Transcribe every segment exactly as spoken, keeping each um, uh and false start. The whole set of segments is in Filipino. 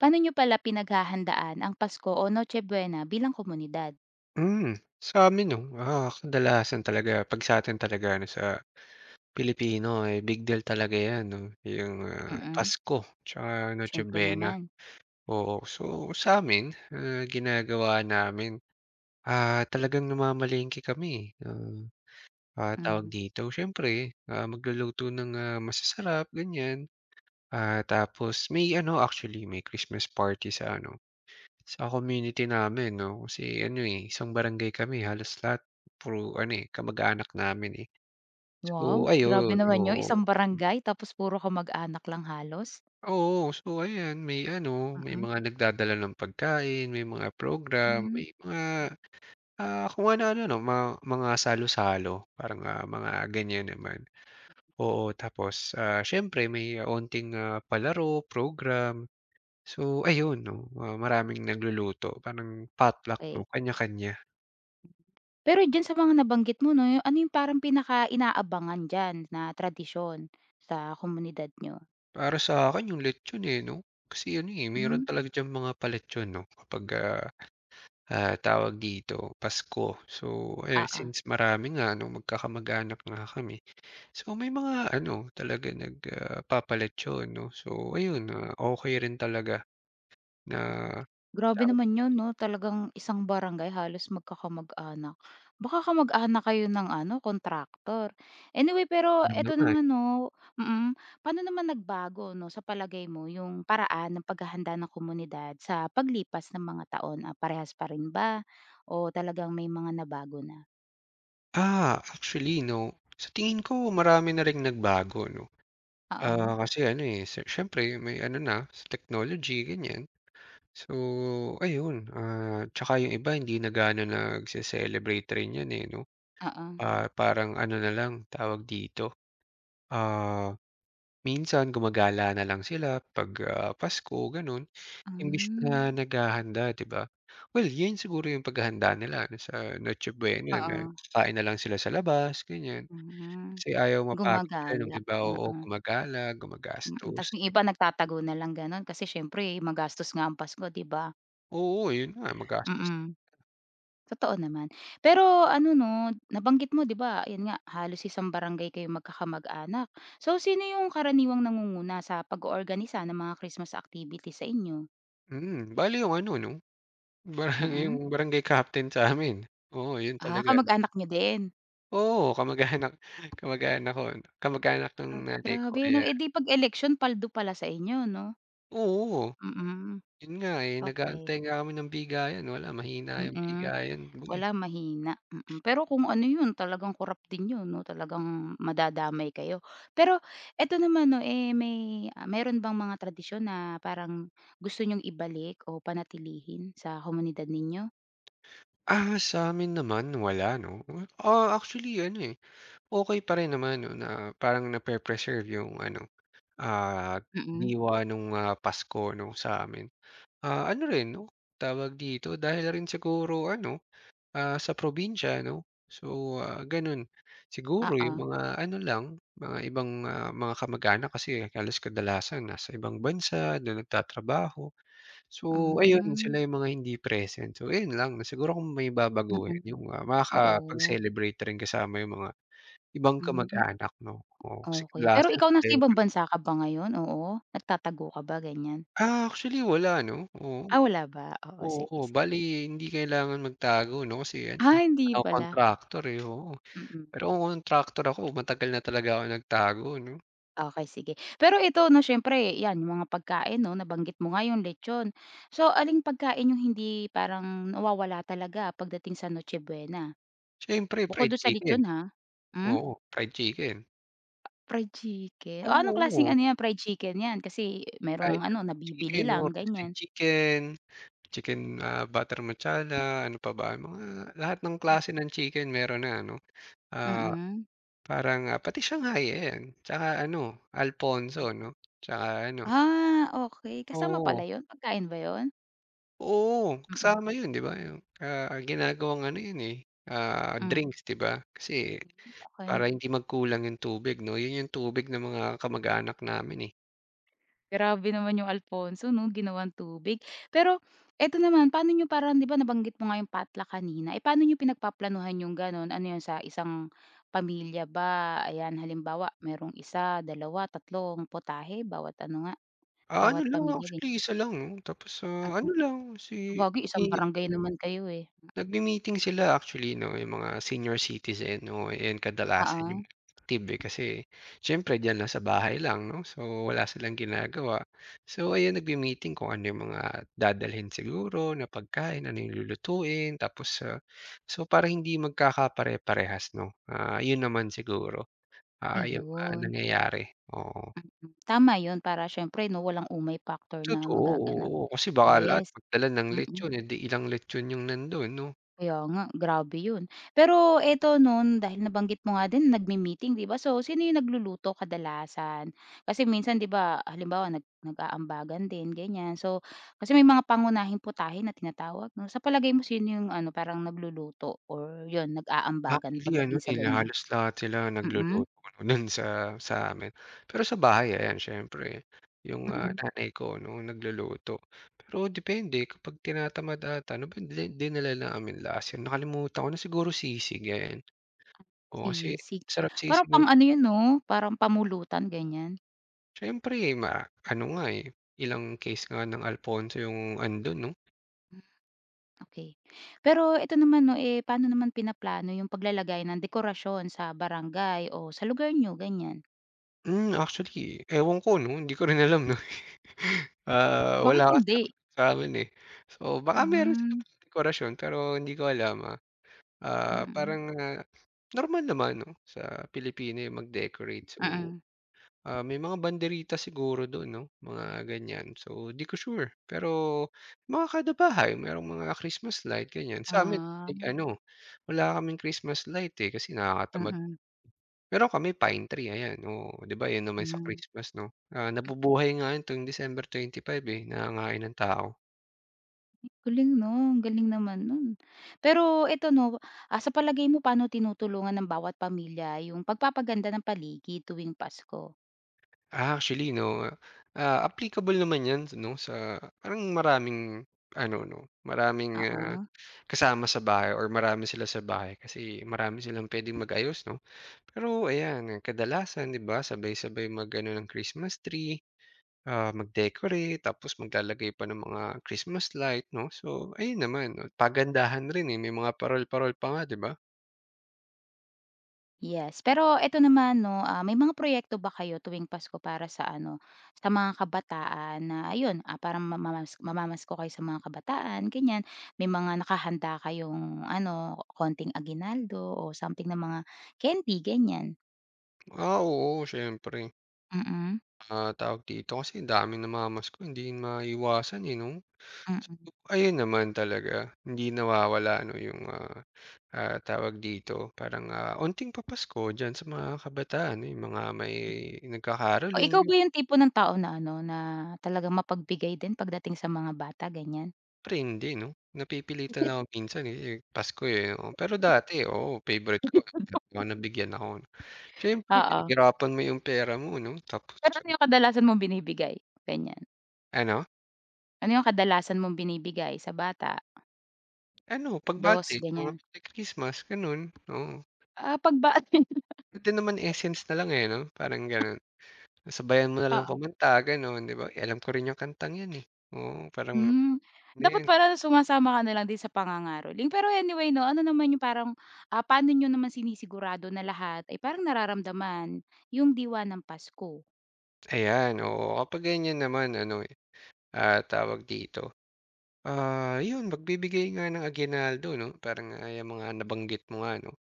Paano niyo pala pinaghahandaan ang Pasko o Noche Buena bilang komunidad? Hmm, Amin 'no, ah, kadalasan talaga 'pag sa'tin talaga ano, sa Pilipino, eh, big deal talaga 'yan 'no, yung, ah, Mm. Pasko tsaka Noche Siyempre Buena. naman. Oo, so sa'min, ah, ginagawa namin, ah, talagang namamalengke kami, eh, ah, ah, tawag Hmm, dito, siyempre, ah, magluluto ng, ah, masasarap, ganiyan. Ah, tapos may ano, actually may Christmas party sa ano, sa community namin 'no, kasi ano, eh, isang barangay kami halos lahat puro ano, eh, kamag-anak namin, eh. So wow, grabe ayun, naman yun oo. isang barangay tapos puro kamag-anak lang halos? Oo, so ayan may ano, may Mm. mga nagdadala ng pagkain, may mga program, Hmm. may mga, ah, kung ano-ano 'no, ma mga salo-salo parang, ah, mga ganyan naman. Oo, tapos, ah, siyempre may onting, ah, palaro, program. So ayun 'no, ah, maraming nagluluto parang potluck 'no, Okey. kanya-kanya. Pero diyan sa mga nabanggit mo 'no, yung ano yung parang pinaka-inaabangan diyan na tradisyon sa komunidad niyo? Para sa akin yung lechon, eh, 'no? Kasi ano, eh, meron Hmm. talaga diyang mga pa 'no kapag, ah, ah, tawag dito, Pasko. So, eh, Oo. since marami nga 'no, magkakamag-anak nga kami. So, may mga ano talaga nag, ah, 'no. So, ayun, ah, okay rin talaga na Grabe tawag naman yun 'no, talagang isang barangay halos magkakamag-anak. Baka kamag-anak kayo ng ano, kontraktor. Anyway, pero do'n na eto eh naman 'no, mm, paano naman nagbago 'no, sa palagay mo yung paraan ng paghahanda ng komunidad sa paglipas ng mga taon? Ah, parehas pa rin ba o talagang may mga nabago na? ah, actually 'no, sa tingin ko marami na ring nagbago 'no. Ah, Oo, kasi ano, eh, si siyempre may ano na, sa technology, ganyan. So, ayun, ah, tsaka yung iba hindi na gaano nagse-celebrate rin 'yan, eh, 'no? oo. Ah, parang ano na lang, tawag dito, ah, minsan gumagala na lang sila 'pag, ah, Pasko gano'n, imbis Hmm. na naghahanda, 'di ba? Well, 'yun siguro yung paghahanda nila ano, sa Noche Buena na Oo. kakain na lang sila sa labas, ganiyan. Hmm. Kasi ayaw mapagod sila nung Gumagala, iba, oo, oo. gumagala, Mm, gumagastos. Ta's yung iba nagtatago na lang gano'n kasi siyempre magastos nga ang Pasko, 'di ba? Oo, 'yun nga, magastos. Mm. Totoo naman. Pero ano 'no, nabanggit mo 'di ba, ayun nga halos isang barangay kayo magkakamag-anak. So, sino yung karaniwang nangunguna sa pag-oorganisa ng mga Christmas activity sa inyo? Mm, bale yung ano 'no parang Mm. yung barangay captain sa'min. Oo, yun Ah, talaga. kamag-anak niyo din? Oo, kamag-anak kamag-anak ko kamag-anak ng Ah, nanay ko grabe 'no. kaya Eh, 'di 'pag eleksyon paldo pala sa inyo 'no? oo, Mm. yun nga, eh, Okey. nag-aantay nga kami ng bigayan, wala mahina yung Mm. bigayan, uy. Wala, mahina, mm. Pero kung ano 'yun talagang kurap din 'yun 'no, talagang madadamay kayo. Pero eto naman 'no, eh, may, ah, meron bang mga tradisyon na parang gusto niyong ibalik o panatilihin sa komunidad ninyo? Ah, sa'min naman wala 'no. Ah, actually ano, eh, okey pa rin naman 'no na parang nape-preserve yung ano, ah, Mm. diwa nung, ah, Pasko 'no sa'min. Ah, ano rin 'no, tawag dito, dahil rin siguro ano ah, sa probinsya 'no. So, ah, gano'n. Siguro Oo. yung mga ano lang, mga ibang, ah, mga kamag-anak kasi halos kadalasan nasa ibang bansa, do'n nagtatrabaho. So, Hmm. ayun Mm. sila yung mga hindi present. So, ayun lang, siguro kung may babaguhin Mm-mm. yung, ah, Oo, makakapag-celebrate rin kasama yung mga ibang mhm, kamag-anak 'no. Oo, kasi okey. Pero kadalasan ikaw sila nasa yung ibang bansa ka ba ngayon? Oo, nagtatago ka ba, ganyan. ah, actually wala 'no, oo. Ah, wala ba? Oo, Oo, sige, sige. bale hindi kailangan magtago 'no kasi ano, eh, Ah, hindi ako pala, kontraktor, eh, oo. mm. Pero kung contractor ako matagal na talaga ako nagtago 'no. Okey, sige. Pero ito 'no, siyempre 'yan yung mga pagkain 'no, nabanggit mo nga yung lechon. So, aling pagkain yung hindi parang nawawala talaga pagdating sa Noche Buena? Siyempre Bukod fried dun sa chicken, lechon, ha? Hmm, oo, fried chicken. fried chicken. O anong klaseng Oo, ano 'yan, fried chicken 'yan? Kasi merong kahit ano, anong nabibili chicken lang, or roasted ganyan. chicken, chicken, ah, butter masala, ano pa ba, mga lahat ng Hmm. klase ng chicken meron na ano. Ah, Mm. parang, ah, pati Shanghai ayan, tsaka ano, Alfonso 'no, tsaka ano Ah, okay. Kasama oo, pala yun? Pagkain ba yun? oo, Mm-mm. kasama 'yun 'di ba, yung, ah, ginagawang ano 'yun, eh, ah, Mm. drinks 'di ba, kasi Hmm. Okey. para hindi magkulang yung tubig 'no, yun yung tubig ng mga kamag-anak namin, eh. Grabe naman yung Alfonso 'no, ginawang tubig. Pero eto naman, paano niyo parang 'di ba nabanggit mo nga yung patla kanina, eh, paano niyo pinagpaplanuhan yung gano'n? Ano 'yun, sa isang pamilya ba? Ayan, halimbawa merong isa, dalawa, tatlong putahe bawat ano nga, Ah, ano bawat lang pamilya ganyan. actually isa lang 'no, tapos, ah, ano Mm. lang si Sabagay isang i barangay naman kayo, eh. nagmi-meeting sila actually 'no, yung mga senior citizen, oo, ayan kadalasan yung Oo, active, eh, kasi siyempre diyan lang sa bahay lang 'no, so wala silang ginagawa. So ayan nagmi-meeting kung ano yung mga dadalhin siguro na pagkain, ano yung lulutuin tapos, ah, so para hindi magkakapare-parehas 'no, ah, yun naman siguro. Ah, yung mga ayun. nangyayari, oo. Tama 'yun para siyempre 'no, walang umay factor na Totoo, magaganap. oo. Kasi baka lahat Yes, magdala ng mm. lechon, eh, 'di ilang lechon yung nandun 'no? Kaya nga, grabe yun. Pero eto nun, dahil nabanggit mo nga din nagme-meeting, 'di ba? So, sino yung nagluluto kadalasan? Kasi minsan, 'di ba, halimbawa nag nag-aambagan din, ganyan. So, kasi may mga pangunahing putahe na tinatawag, 'no? Sa palagay mo, sino yung ano, parang nagluluto or yun, nag-aambagan Actually ano, pagdating sa eh, ganyan? halos lahat sila nagluluto Mm. nun sa sa amin. Pero sa bahay ayan siyempre yung, ah, Mm. nanay ko 'no, nagluluto. Pero depende kapag tinatamad ata ano ba di dinala namin last year, nakalimutan ko na, siguro sisig, ayan. Oo, kasi Sisig. sarap Parang sisig ng pang-ano yun, 'no? Parang pamulutan, ganyan. siyempre ma ano nga, eh, ilang case nga ng Alfonso yung andun 'no? Okay. Pero ito naman 'no, eh, paano naman pinaplano yung paglalagay ng dekorasyon sa barangay o sa lugar nyo, ganyan? Hmm, actually, ewan ko 'no, hindi ko rin alam 'no. Ah, Bakit wala kasi ako hindi? sa'min, eh. So, baka meron silang Hmm. mga dekorasyon pero hindi ko alam, ah. Ah, Mm. parang, ah, normal naman 'no, sa Pilipino yung mag-decorate. So, Mm. ah, may mga banderita siguro do'n 'no, mga ganyan. So, 'di ko sure, pero mga kada bahay merong mga Christmas light, ganyan. Sa'min, eh, Ah. ano, wala kaming Christmas light, eh, kasi nakakatamad. Mm. Meron kami pine tree, ayan, oo. 'Di ba 'yun naman sa Hmm. Christmas 'no, ah, nabubuhay nga 'yun tuwing December twenty-five, eh, nangangain ng tao. Galing 'no, ang galing naman nun. Pero ito 'no, ah, sa palagay mo paano tinutulungan ng bawat pamilya yung pagpapaganda ng paligid tuwing Pasko? Ah, actually 'no, ah, applicable naman 'yan 'no sa parang maraming ano 'no, maraming, ah, Oo. kasama sa bahay or marami sila sa bahay kasi marami silang puwedeng mag-ayos 'no. Pero ayan, kadalasan 'di ba sabay-sabay mag-ano ng Christmas tree, ah, mag-decorate tapos maglalagay pa ng mga Christmas light 'no. So, ayun naman no? Pagandahan rin, eh, may mga parol-parol pa nga 'di ba? Yes, pero eto naman 'no, ah, may mga proyekto ba kayo tuwing Pasko para sa ano, sa mga kabataan na ayun, ah, parang mamamas mamamasko kayo sa mga kabataan ganyan, may mga nakahanda kayong ano, konting aguinaldo o something na mga candy ganyan? Ah, oo siyempre. Mm. Ah, tawag dito kasi ang dami na mamas ko, hindi yun maiwasan, eh, 'no. Mm. So, ayun naman talaga hindi nawawala ano yung, ah, ah, tawag dito parang, ah, onting papasko diyan sa mga kabataan, eh, mga may O nagkakaroling. ikaw ba yung tipo ng tao na ano, na talagang mapagbigay din pagdating sa mga bata ganyan? Siyempre hindi 'no, napipilitan lang ako minsan, eh, eh, Pasko, eh, oo. Pero dati, oo, favorite ko mga nabigyan ako. No? Siyempre Oo, pinaghirapan mo yung pera mo 'no, tapos pero ano yung kadalasan mong binibigay? Ganyan, ano? ano yung kadalasan mong binibigay sa bata? Ano, pagbati Dos ganyan? budget mga Christmas gano'n, oo. Ah, pagba-atin Pwede naman Essence na lang, eh, 'no, parang gano'n. Sabayan mo na lang Oo. kumanta gano'n, 'di ba? Eh, alam ko rin yung kantang 'yan, eh, oo, parang hmm, ano Dapat 'yan, parang sumasama ka na lang din sa pangangaroling. Pero anyway 'no, ano naman yung parang, ah, paano niyo naman sinisigurado na lahat ay parang nararamdaman yung diwa ng Pasko? ayan, oo. Kapag ganiyan naman ano, eh, ah, tawag dito ah, 'yun magbibigay nga ng aguinaldo 'no, parang, ah, yang mga nabanggit mo nga 'no,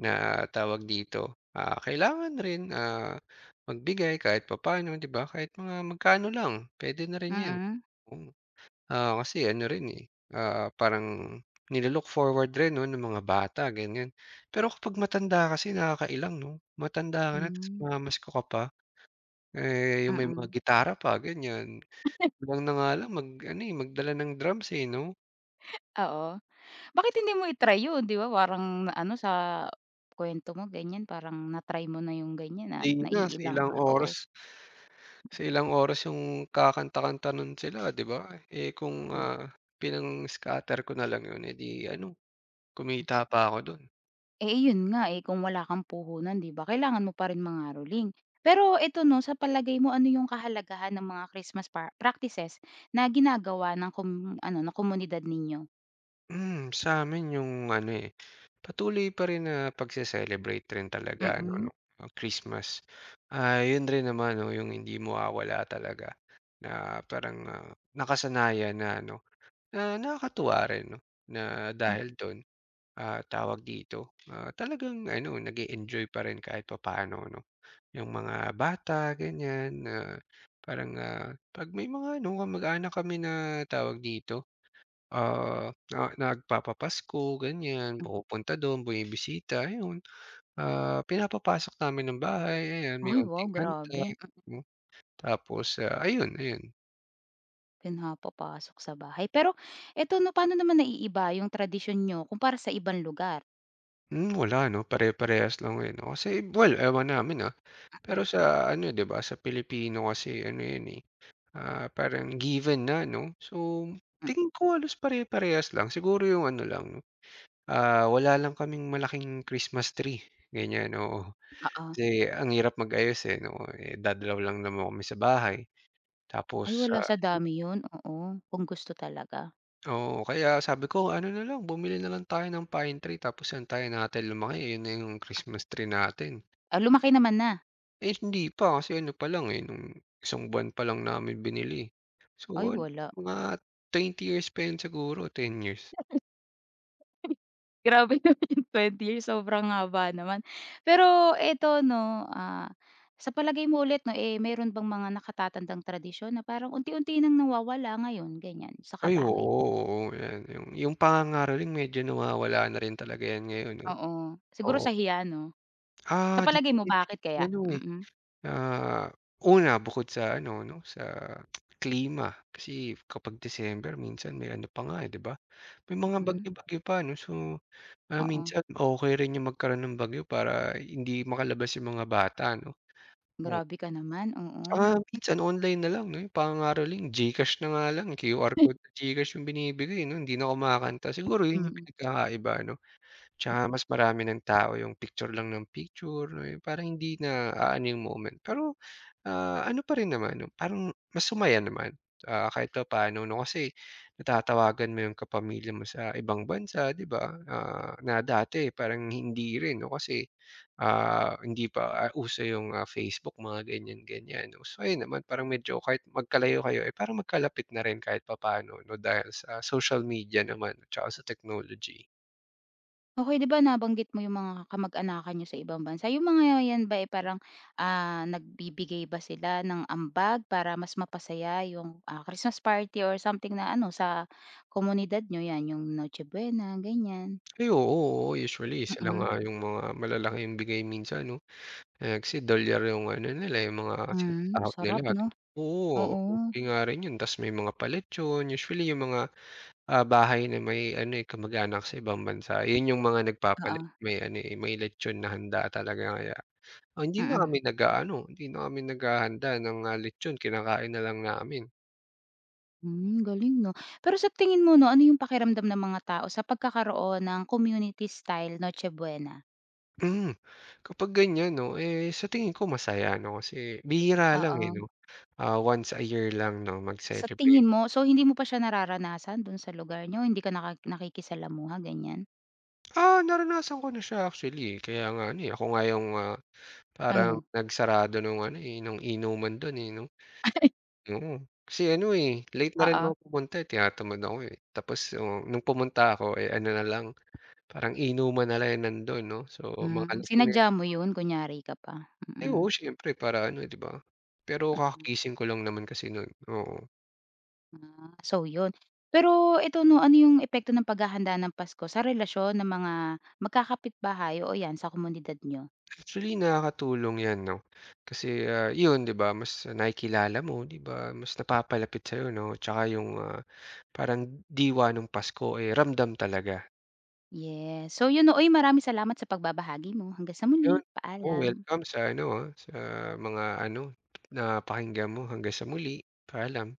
na tawag dito, ah, kailangan rin, ah, magbigay kahit papaano 'di ba, kahit mga magkano lang pwede na rin 'yan. Mm. Oo, ah, kasi ano rin, eh, ah, parang nilo-look forward rin 'no ng mga bata ganiyan. Pero kapag matanda kasi nakakailang 'no, matanda ka na ta's Hmm. mamamasko ka pa, eh, yung may mga Mm. gitara pa ganiyan. Kulang na nga lang mag ano, eh, magdala ng drums, eh, 'no? Oo. Bakit hindi mo i-try yun, 'di ba parang ano sa kuwento mo ganyan parang na-try mo na yung ganyan na Day na sa naiilang ilang ka, oras oo. sa ilang oras yung kakanta-kanta nun sila 'di ba? Eh, kung, ah, pinang-scatter ko na lang yun, eh, 'di ano, kumita pa ako dun. Eh, yun nga, eh, kung wala kang puhunan 'di ba, kailangan mo pa rin mangaroling. Pero eto 'no, sa palagay mo ano yung kahalagahan ng mga Christmas par practices na ginagawa ng kum ano, ng komunidad ninyo? Hmm, sa'min yung ano, eh, patuloy pa rin na pagse-celebrate rin talaga ano Mm. 'no, ang Christmas. Ah, yun rin naman 'no, yung hindi mawawala talaga na parang, ah, nakasanayan na ano, na nakakatuwa rin 'no, na Mm. dahil dun ah, tawag dito, ah, talagang ano nag-e-enjoy pa rin kahit papaano 'no, yung mga bata ganyan na parang, ah, 'pag may mga ano kamag-anak kami na tawag dito, ah, na nagpapapasko ganyan, pumupunta dun, bumibisita ayun, ah, pinapapasok namin ng bahay ayan may Ay wow, onting handa, grabe, mm, hmm, tapos, ah, ayun ayun. pinapapasok sa bahay. Pero eto 'no, paano naman naiiba yung tradisyon nyo kumpara sa ibang lugar? Hmm, wala 'no, pare-parehas lang ngayon 'no, kasi well ewan namin, ah, Mm. pero sa ano eh, 'di ba sa Pilipino kasi ano yun, eh ah, parang given na 'no. So, Mm. tingin ko halos pare-parehas lang. Siguro yung ano lang 'no, ah, wala lang kaming malaking Christmas tree, ganyan, oo. Oo. Kasi ang hirap mag-ayos, eh 'no, eh, dadalaw lang naman kami sa bahay. Ay Tapos, wala, ah sa dami yun, oo, kung gusto talaga. oo, kaya sabi ko ano na lang, bumili na lang tayo ng pine tree tapos hintayin natin lumaki, yun na yung Christmas tree natin. Ah, lumaki naman na? Eh, hindi pa kasi ano pa lang, eh, nung isang buwan pa lang namin binili. So, Ay ano, wala. mga twenty years pa yun siguro, ten years. Grabe naman yung twenty years, sobrang haba naman. Pero eto 'no, ah, sa palagay mo ulit 'no, eh, meron bang mga nakatatandang tradisyon na parang unti-unti nang nawawala ngayon, ganyan, saka Ay oo, bakit? oo, yan yung yung pangangaroling medyo nawawala na rin talaga yan ngayon 'no, Oo, siguro oo. sa hiya 'no? Sa Ah, palagay mo depende bakit kasi kaya? ano, eh, Mm. ah, una bukod sa ano 'no, sa klima kasi kapag December minsan may ano pa nga, eh, 'di ba? May mga Mm. bagyo-bagyo pa 'no, so, ah, Oo. minsan okey rin yung magkaroon ng bagyo para hindi makalabas yung mga bata 'no, oo. Grabe ka naman, oo. Ah, minsan online na lang 'no, yung pang-aaraling GCash na nga lang, Q R code sa GCash yung binibigay 'no, hindi na kumakanta. Siguro yun yung Mm. pinagkakaiba ano, tsaka mas marami ng tao yung picture lang ng picture, no? Yung parang hindi na aano yung moment. Pero ah, ano pa rin naman 'no, parang mas sumaya naman, ah, kahit papaano 'no, kasi natatawagan mo yung kapamilya mo sa ibang bansa 'di ba, ah, na dati parang hindi rin 'no, kasi, ah, hindi pa, ah, uso yung, ah, Facebook mga ganyan-ganyan 'no. So ayun naman parang medyo kahit magkalayo kayo, eh, parang magkalapit na rin kahit papaano 'no, dahil sa social media naman at saka sa technology. Okey, 'di ba nabanggit mo yung mga kamag-anakan niyo sa ibang bansa, yung mga yan ba, eh, parang, ah, nagbibigay ba sila ng ambag para mas mapasaya yung, ah, Christmas party or something na ano sa komunidad niyo, yan yung Noche Buena, ganyan? Ay oo, oo usually sila Mm. nga yung mga malalaking bigay minsan 'no. Eh, kasi dolyar yung ano nila, eh, yung mga ano? Hmm, Sinasahod nila sarap at 'no? oo, Oo. okey nga rin yun ta's may mga palit yun, usually yung mga, ah, bahay na may ano, eh, kamag-anak sa ibang bansa yun yung mga Oo. nagpapalit may ano, eh, may lechon na handa talaga kaya, ah, hindi na Mm. kami nag-aano, hindi na kami naghahanda ng, ah, lechon kinakain na lang namin. Hmm, galing 'no? Pero sa tingin mo 'no, ano yung pakiramdam ng mga tao sa pagkakaroon ng community style Noche Buena? Mm, kapag ganyan 'no, eh, sa tingin ko masaya 'no, kasi bihira lang, eh, 'no, Oo. ah, once a year lang 'no Sa mag-celebrate. tingin mo so hindi mo pa siya nararanasan dun sa lugar niyo, hindi ka naka nakikisalamuha ganyan? Ah, naranasan ko na siya actually, eh. Kaya nga ano, eh, ako nga yung, ah, parang Ano? nagsarado nung ano, eh, nung inuman dun, eh, 'no? Oo. Kasi ano, eh, late na rin Oo. ako pumunta, eh, tinatamad ako, eh. Tapos, oh, nung pumunta ako, eh, ano na lang, parang inuman na lang yung nandun 'no? So, mga Hmm, lasing na sinadya mo yun kunyari ka pa? ay, Mm. oo, siyempre para ano, eh, 'di ba? Pero Mm. kakagising ko lang naman kasi noon oo. Ah, so yun. Pero ito 'no, ano yung epekto ng paghahanda ng Pasko sa relasyon ng mga magkakapitbahay o 'yan sa komunidad niyo? Actually, nakakatulong 'yan 'no? Kasi, ah, yun, 'di ba, mas nakikilala mo, 'di ba? Mas napapalapit sa'yo 'no? Tsaka yung, ah parang diwa nung Pasko, eh, ramdam talaga. Yes. So yun 'no, uy maraming salamat sa pagbabahagi mo. Hanggang sa Yun, muli, oh, paalam. welcome sa ano, ah, sa mga ano, napakinggan mo. Hanggang sa muli, paalam.